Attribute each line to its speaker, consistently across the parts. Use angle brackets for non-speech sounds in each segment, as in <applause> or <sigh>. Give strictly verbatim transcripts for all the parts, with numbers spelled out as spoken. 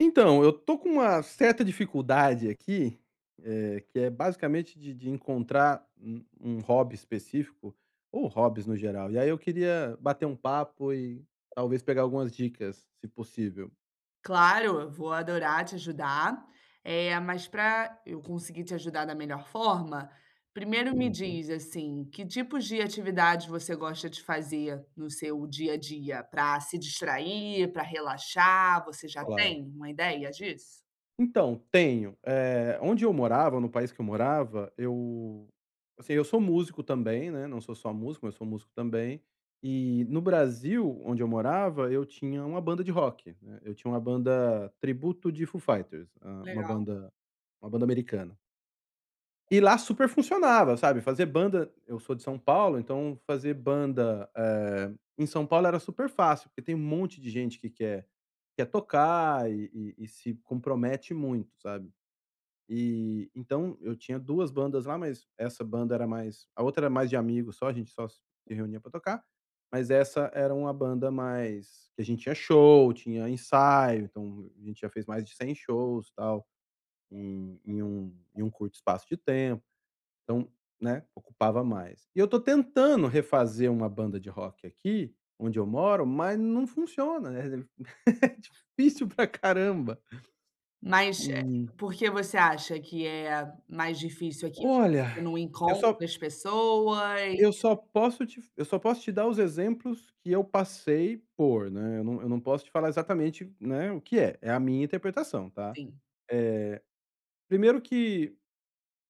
Speaker 1: Então, eu tô com uma certa dificuldade aqui, eh, que é basicamente de de encontrar um um hobby específico, ou hobbies no geral. E aí eu queria bater um papo e talvez pegar algumas dicas, se possível.
Speaker 2: Claro, vou adorar te ajudar. É, mas para eu conseguir te ajudar da melhor forma, primeiro me
Speaker 1: Uhum,
Speaker 2: diz, assim, que tipos de atividades você gosta de fazer no seu dia a dia para se distrair, para relaxar? Você já
Speaker 1: claro.
Speaker 2: tem uma ideia disso?
Speaker 1: Então, tenho. Eh, onde eu morava, no país que eu morava, eu assim, eu sou músico também, né, não sou só músico, mas sou músico também. E no Brasil, onde eu morava, eu tinha uma banda de rock, né, eu tinha uma banda tributo de Foo Fighters, hã, uma
Speaker 2: Legal.
Speaker 1: banda uma banda americana. E lá super funcionava, sabe. Fazer banda, eu sou de São Paulo, então fazer banda, eh, em São Paulo era super fácil, porque tem um monte de gente que quer quer tocar e e e se compromete muito, sabe. E então eu tinha duas bandas lá, mas essa banda era mais, a outra era mais de amigos só, a gente só se reunia pra tocar, mas essa era uma banda mais que a gente tinha show, tinha ensaio, então a gente já fez mais de cem shows, tal, em em um em um curto espaço de tempo, então, né, ocupava mais. E eu tô tentando refazer uma banda de rock aqui, onde eu moro, mas não funciona, né? <laughs> É difícil pra caramba.
Speaker 2: Mas, eh,
Speaker 1: E
Speaker 2: por que você acha que é mais difícil aqui?
Speaker 1: olha,
Speaker 2: Você não
Speaker 1: eu
Speaker 2: encontra
Speaker 1: só
Speaker 2: as pessoas,
Speaker 1: Eu só posso te eu só posso te dar os exemplos que eu passei por, né, eu não eu não posso te falar exatamente, né, o que é, é a minha interpretação, tá.
Speaker 2: enfim.
Speaker 1: Eh, Primeiro que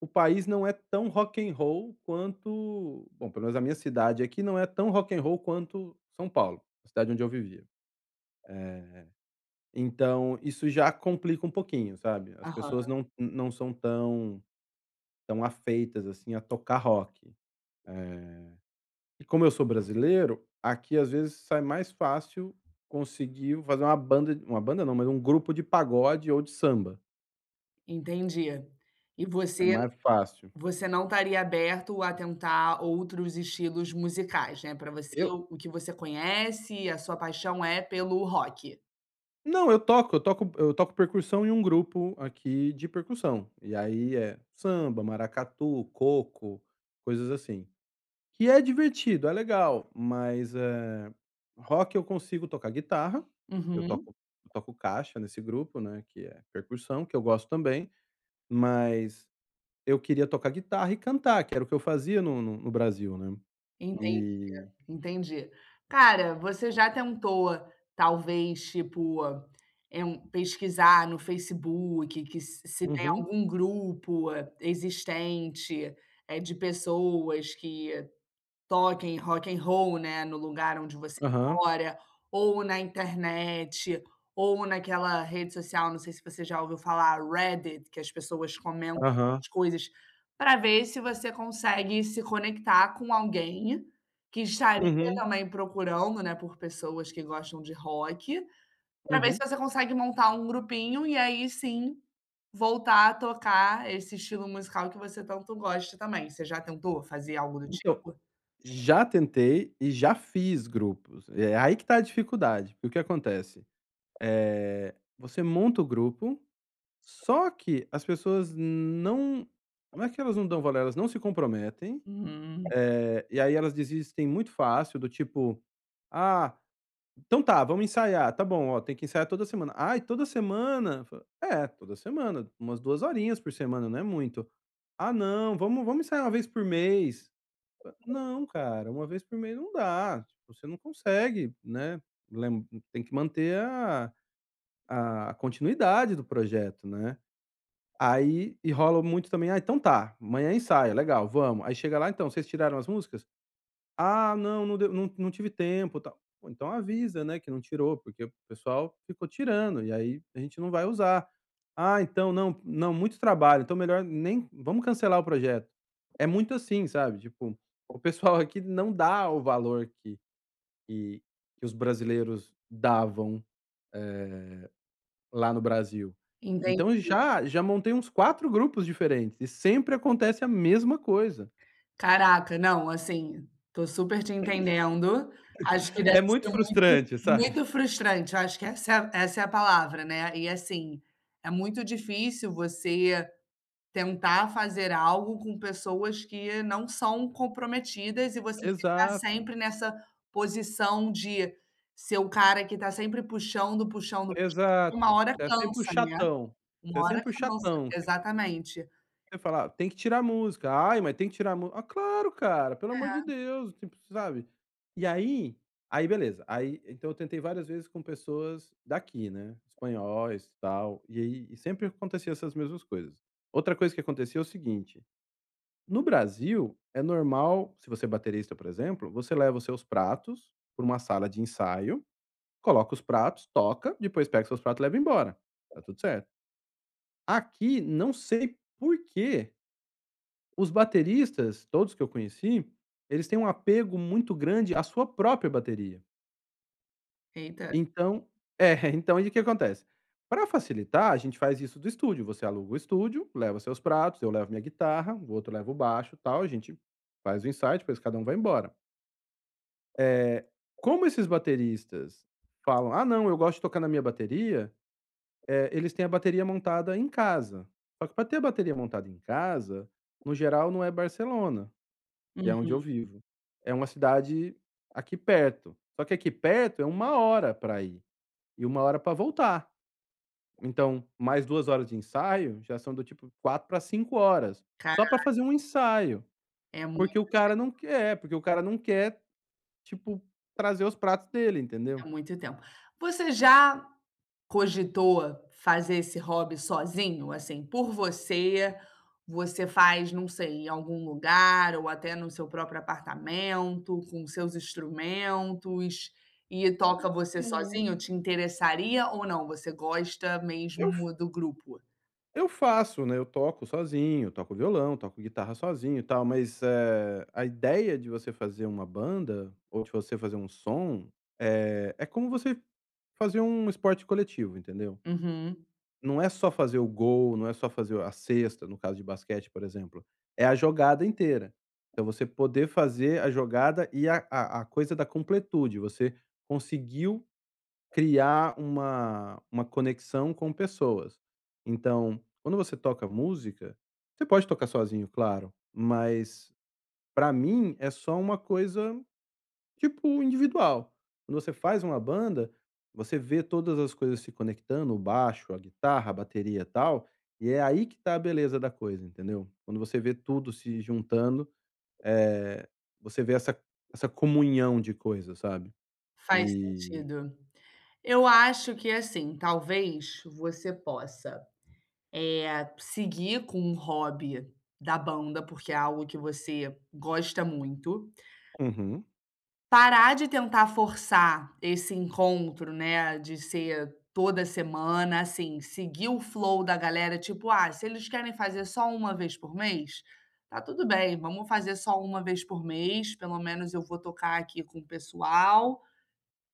Speaker 1: o país não é tão rock and roll quanto, bom, pelo menos a minha cidade aqui não é tão rock and roll quanto São Paulo, a cidade onde eu vivia. Eh, então isso já complica um pouquinho, sabe. As
Speaker 2: Aham,
Speaker 1: pessoas não não são tão tão afeitas, assim, a tocar rock. Eh E como eu sou brasileiro, aqui às vezes sai mais fácil conseguir fazer uma banda, uma banda não, mas um grupo de pagode ou de samba,
Speaker 2: entendi. E
Speaker 1: é
Speaker 2: você
Speaker 1: mais fácil.
Speaker 2: você não estaria aberto a tentar outros estilos musicais, né? Para você,
Speaker 1: Eu
Speaker 2: o o que você conhece, a sua paixão é pelo rock.
Speaker 1: não, eu toco, eu toco eu toco percussão em um grupo aqui de percussão, e aí é samba, maracatu, coco, coisas assim. Que é divertido, é legal, mas, eh, rock eu consigo tocar guitarra, eu
Speaker 2: Uhum,
Speaker 1: toco eu toco caixa nesse grupo, né, que é percussão, que eu gosto também, mas eu queria tocar guitarra e cantar, que era o que eu fazia no no no Brasil, né.
Speaker 2: entendi,
Speaker 1: E
Speaker 2: entendi. Cara, você já tentou, talvez, tipo, é um pesquisar no Facebook que se se tem
Speaker 1: uhum,
Speaker 2: algum grupo eh, existente, eh, de pessoas que toquem rock and roll, né, no lugar onde você
Speaker 1: aham,
Speaker 2: mora, ou na internet, ou naquela rede social, não sei se você já ouviu falar, Reddit, que as pessoas comentam
Speaker 1: aham,
Speaker 2: as coisas, para ver se você consegue se conectar com alguém que estaria
Speaker 1: uhum,
Speaker 2: também procurando, né, por pessoas que gostam de rock, para ver se
Speaker 1: uhum.
Speaker 2: você consegue montar um grupinho e aí sim voltar a tocar esse estilo musical que você tanto gosta também. Você já tentou fazer algo do
Speaker 1: Então,
Speaker 2: tipo?
Speaker 1: já tentei e já fiz grupos, é aí que tá a dificuldade, porque o que acontece, eh, você monta o grupo, só que as pessoas não, não é que elas não dão valor, elas não se comprometem,
Speaker 2: Hum,
Speaker 1: eh, e aí elas desistem muito fácil, do tipo: "Ah". Então tá, vamos ensaiar. Tá bom, ó, tem que ensaiar toda semana. Ai, toda semana? Fa- É, toda semana, umas duas horinhas por semana, não é muito. Ah, não, vamos, vamos ensaiar uma vez por mês. Fa- Não, cara, uma vez por mês não dá. Tipo, você não consegue, né? Lem- Tem que manter a, a continuidade do projeto, né? Aí e rola muito também. Ah, então tá, amanhã ensaia, legal, vamos. Aí chega lá, então, vocês tiraram as músicas? Ah, não, não deu, não, não tive tempo, tal. Pô, então avisa, né, que não tirou, porque o pessoal ficou tirando, e aí a gente não vai usar. Ah, então não, não, muito trabalho, então melhor nem, vamos cancelar o projeto. É muito assim, sabe, tipo, o pessoal aqui não dá o valor que que que os brasileiros davam, eh, lá no Brasil.
Speaker 2: enten
Speaker 1: Então já já montei uns quatro grupos diferentes e sempre acontece a mesma coisa.
Speaker 2: caraca! Não, assim, tô super te entendendo. Acho que deve
Speaker 1: É muito
Speaker 2: ser
Speaker 1: frustrante, sabe.
Speaker 2: muito frustrante, eu acho que essa é a essa é a palavra, né. E, assim, é muito difícil você tentar fazer algo com pessoas que não são comprometidas e você ficar
Speaker 1: Exato.
Speaker 2: sempre nessa posição de ser o cara que tá sempre puxando, puxando, puxando. Uma
Speaker 1: Exato.
Speaker 2: hora
Speaker 1: Você é sempre o
Speaker 2: cansa, né.
Speaker 1: chatão. Você
Speaker 2: Uma
Speaker 1: é
Speaker 2: hora
Speaker 1: sempre o
Speaker 2: cansa,
Speaker 1: chatão que
Speaker 2: exatamente.
Speaker 1: você fala: "Ah, tem que tirar a música. Ai, mas tem que tirar a mu". "Ah, claro, cara, pelo amor de Deus", tipo, sabe. E aí aí beleza, aí então eu tentei várias vezes com pessoas daqui, né, espanhóis, e tal, e aí e sempre acontecia essas mesmas coisas. Outra coisa que acontecia é o seguinte, no Brasil é normal, se você é baterista, por exemplo, você leva os seus pratos pra uma sala de ensaio. Coloca os pratos, toca, depois pega seus pratos e leva embora. Tá tudo certo. Aqui, não sei por quê, os bateristas, todos que eu conheci, eles têm um apego muito grande à sua própria bateria.
Speaker 2: Eita.
Speaker 1: Então é, <laughs> então aí o que acontece? Para facilitar, a gente faz isso do estúdio, você aluga o estúdio, leva seus pratos, eu levo minha guitarra, o outro leva o baixo, tal, a gente faz o ensaio, depois cada um vai embora. Eh, Como esses bateristas falam: "Ah não, eu gosto de tocar na minha bateria". Eh, eles têm a bateria montada em casa. Só que para ter a bateria montada em casa, no geral não é Barcelona, que é
Speaker 2: Uhum.
Speaker 1: onde eu vivo. É uma cidade aqui perto. Só que aqui perto é uma hora para ir e uma hora para voltar. Então, mais duas horas de ensaio já são do tipo quatro para cinco horas, só
Speaker 2: Cara,
Speaker 1: para fazer um ensaio,
Speaker 2: é
Speaker 1: porque o cara não quer, é, porque o cara não quer, tipo, trazer os pratos dele, entendeu?
Speaker 2: é muito tempo. Você já cogitou fazer esse hobby sozinho, assim, por você? Você faz, não sei, em algum lugar ou até no seu próprio apartamento, com seus instrumentos, e toca
Speaker 1: Hum,
Speaker 2: você sozinho? Te interessaria ou não? Você gosta mesmo
Speaker 1: Eu
Speaker 2: do grupo?
Speaker 1: Eu faço, né, eu toco sozinho, toco violão, toco guitarra sozinho e tal, mas, eh, a ideia de você fazer uma banda, ou de você fazer um som, eh, é como você fazer um esporte coletivo, entendeu.
Speaker 2: Uhum,
Speaker 1: Não é só fazer o gol, não é só fazer a cesta, no caso de basquete, por exemplo, é a jogada inteira. Então você poder fazer a jogada e a a a coisa da completude, você conseguiu criar uma uma conexão com pessoas. Então, quando você toca música, você pode tocar sozinho, claro, mas pra mim é só uma coisa, tipo, individual. Quando você faz uma banda, você vê todas as coisas se conectando, o baixo, a guitarra, a bateria, e tal, e é aí que tá a beleza da coisa, entendeu? Quando você vê tudo se juntando, eh, você vê essa essa comunhão de coisas, sabe?
Speaker 2: faz
Speaker 1: E
Speaker 2: sentido. Eu acho que, assim, talvez você possa, Eh, seguir com um hobby da banda, porque é algo que você gosta muito.
Speaker 1: uhum,
Speaker 2: Parar de tentar forçar esse encontro, né, de ser toda semana, assim, seguir o flow da galera, tipo: "Ah, se eles querem fazer só uma vez por mês, tá tudo bem, vamos fazer só uma vez por mês, pelo menos eu vou tocar aqui com o pessoal",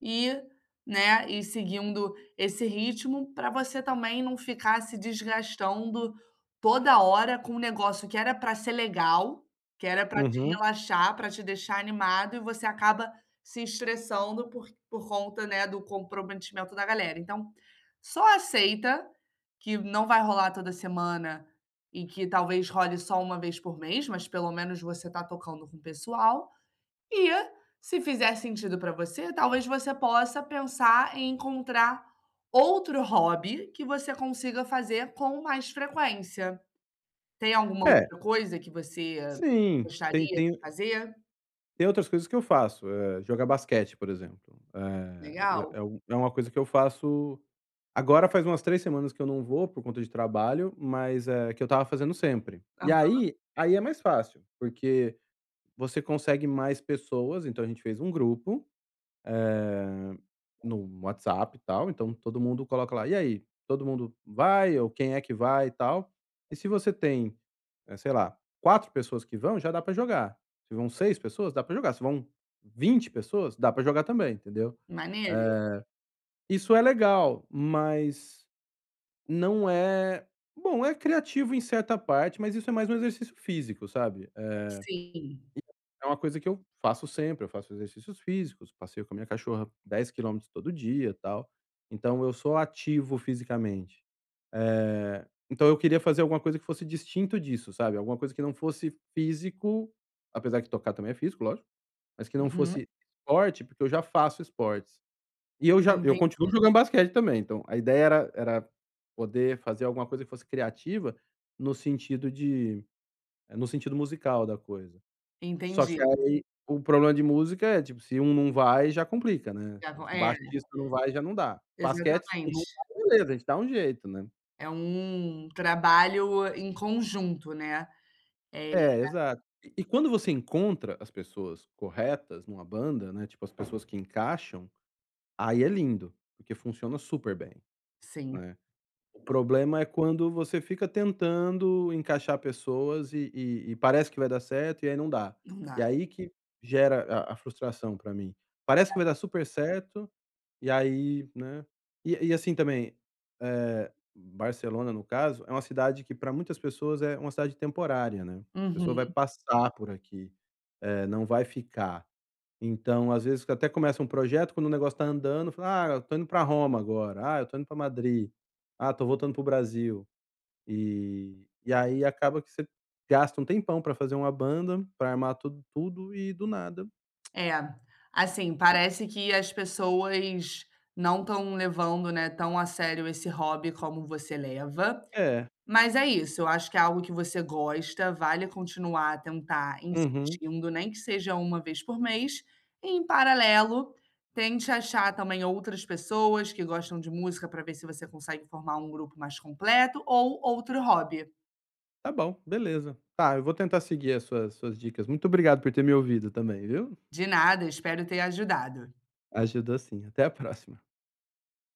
Speaker 2: e, né, e seguindo esse ritmo para você também não ficar se desgastando toda hora com um negócio que era para ser legal, que era para te
Speaker 1: uhum.
Speaker 2: relaxar, para te deixar animado, e você acaba se estressando por, por conta, né, do comprometimento da galera. Então, só aceita que não vai rolar toda semana e que talvez role só uma vez por mês, mas pelo menos você está tocando com o pessoal e, se fizer sentido para você, talvez você possa pensar em encontrar outro hobby que você consiga fazer com mais frequência. Tem alguma
Speaker 1: É.
Speaker 2: outra coisa que você
Speaker 1: Sim,
Speaker 2: gostaria
Speaker 1: tem
Speaker 2: de
Speaker 1: tem
Speaker 2: fazer?
Speaker 1: tem outras coisas que eu faço, eh, jogar basquete, por exemplo, eh, é eu-
Speaker 2: Legal?
Speaker 1: é um é uma coisa que eu faço, agora faz umas três semanas que eu não vou por conta de trabalho, mas é que eu tava fazendo sempre.
Speaker 2: Ah,
Speaker 1: E aí aí é mais fácil, porque você consegue mais pessoas, então a gente fez um grupo, eh, no WhatsApp e tal, então todo mundo coloca lá: "E aí, todo mundo vai?", ou "Quem é que vai?", e tal. E se você tem eh, sei lá, quatro pessoas que vão, já dá pra jogar. Se vão seis pessoas, dá pra jogar. Se vão vinte pessoas, dá pra jogar também, entendeu?
Speaker 2: maneiro?
Speaker 1: Eh, isso é legal, mas não é bom, é criativo em certa parte, mas isso é mais um exercício físico, sabe? É
Speaker 2: Sim.
Speaker 1: é uma coisa que eu faço sempre, eu faço exercícios físicos, passeio com a minha cachorra dez quilômetros todo dia, e tal. Então eu sou ativo fisicamente. Eh, então eu queria fazer alguma coisa que fosse distinto disso, sabe, alguma coisa que não fosse físico, apesar que tocar também é físico, lógico, mas que não
Speaker 2: Uhum.
Speaker 1: fosse esporte, porque eu já faço esportes. E eu já eu
Speaker 2: Enten
Speaker 1: continuo jogando basquete também, então a ideia era era poder fazer alguma coisa que fosse criativa no sentido de eh, no sentido musical da coisa. Só
Speaker 2: Entendi.
Speaker 1: que aí o problema de música é, tipo, se um não vai, já complica, né,
Speaker 2: Já vo-
Speaker 1: se o
Speaker 2: É,
Speaker 1: baixista não vai, já não dá. Basquete, se um não
Speaker 2: exatamente.
Speaker 1: vai, beleza, a gente dá um jeito, né.
Speaker 2: É um trabalho em conjunto, né. É,
Speaker 1: É, exato. E e quando você encontra as pessoas corretas numa banda, né, tipo, as pessoas que encaixam, aí é lindo, porque funciona super bem,
Speaker 2: sim,
Speaker 1: né. O problema é quando você fica tentando encaixar pessoas e e e parece que vai dar certo e aí não dá.
Speaker 2: não dá.
Speaker 1: E aí que gera a a frustração pra mim. Parece que vai dar super certo e aí, né, e e assim também, eh, Barcelona, no caso, é uma cidade que para muitas pessoas é uma cidade temporária, né. A pessoa vai
Speaker 2: Uhum.
Speaker 1: passar por aqui, eh, não vai ficar. Então, às vezes, até começa um projeto, quando o negócio tá andando, fala: "Ah, eu tô indo para Roma agora. Ah, eu tô indo para Madrid. Ah, tô voltando pro Brasil". E e aí acaba que você gasta um tempão para fazer uma banda, para armar tudo tudo e do nada
Speaker 2: É, assim, parece que as pessoas não estão levando, né, tão a sério esse hobby como você leva,
Speaker 1: é.
Speaker 2: mas é isso, eu acho que é algo que você gosta, vale continuar a tentar
Speaker 1: Uhum.
Speaker 2: insistindo, nem que seja uma vez por mês, e em paralelo, tente achar também outras pessoas que gostam de música para ver se você consegue formar um grupo mais completo ou outro hobby.
Speaker 1: Tá bom, beleza. Tá, eu vou tentar seguir as suas suas dicas. Muito obrigado por ter me ouvido também, viu.
Speaker 2: De nada, espero ter ajudado.
Speaker 1: Ajudou sim. Até a próxima.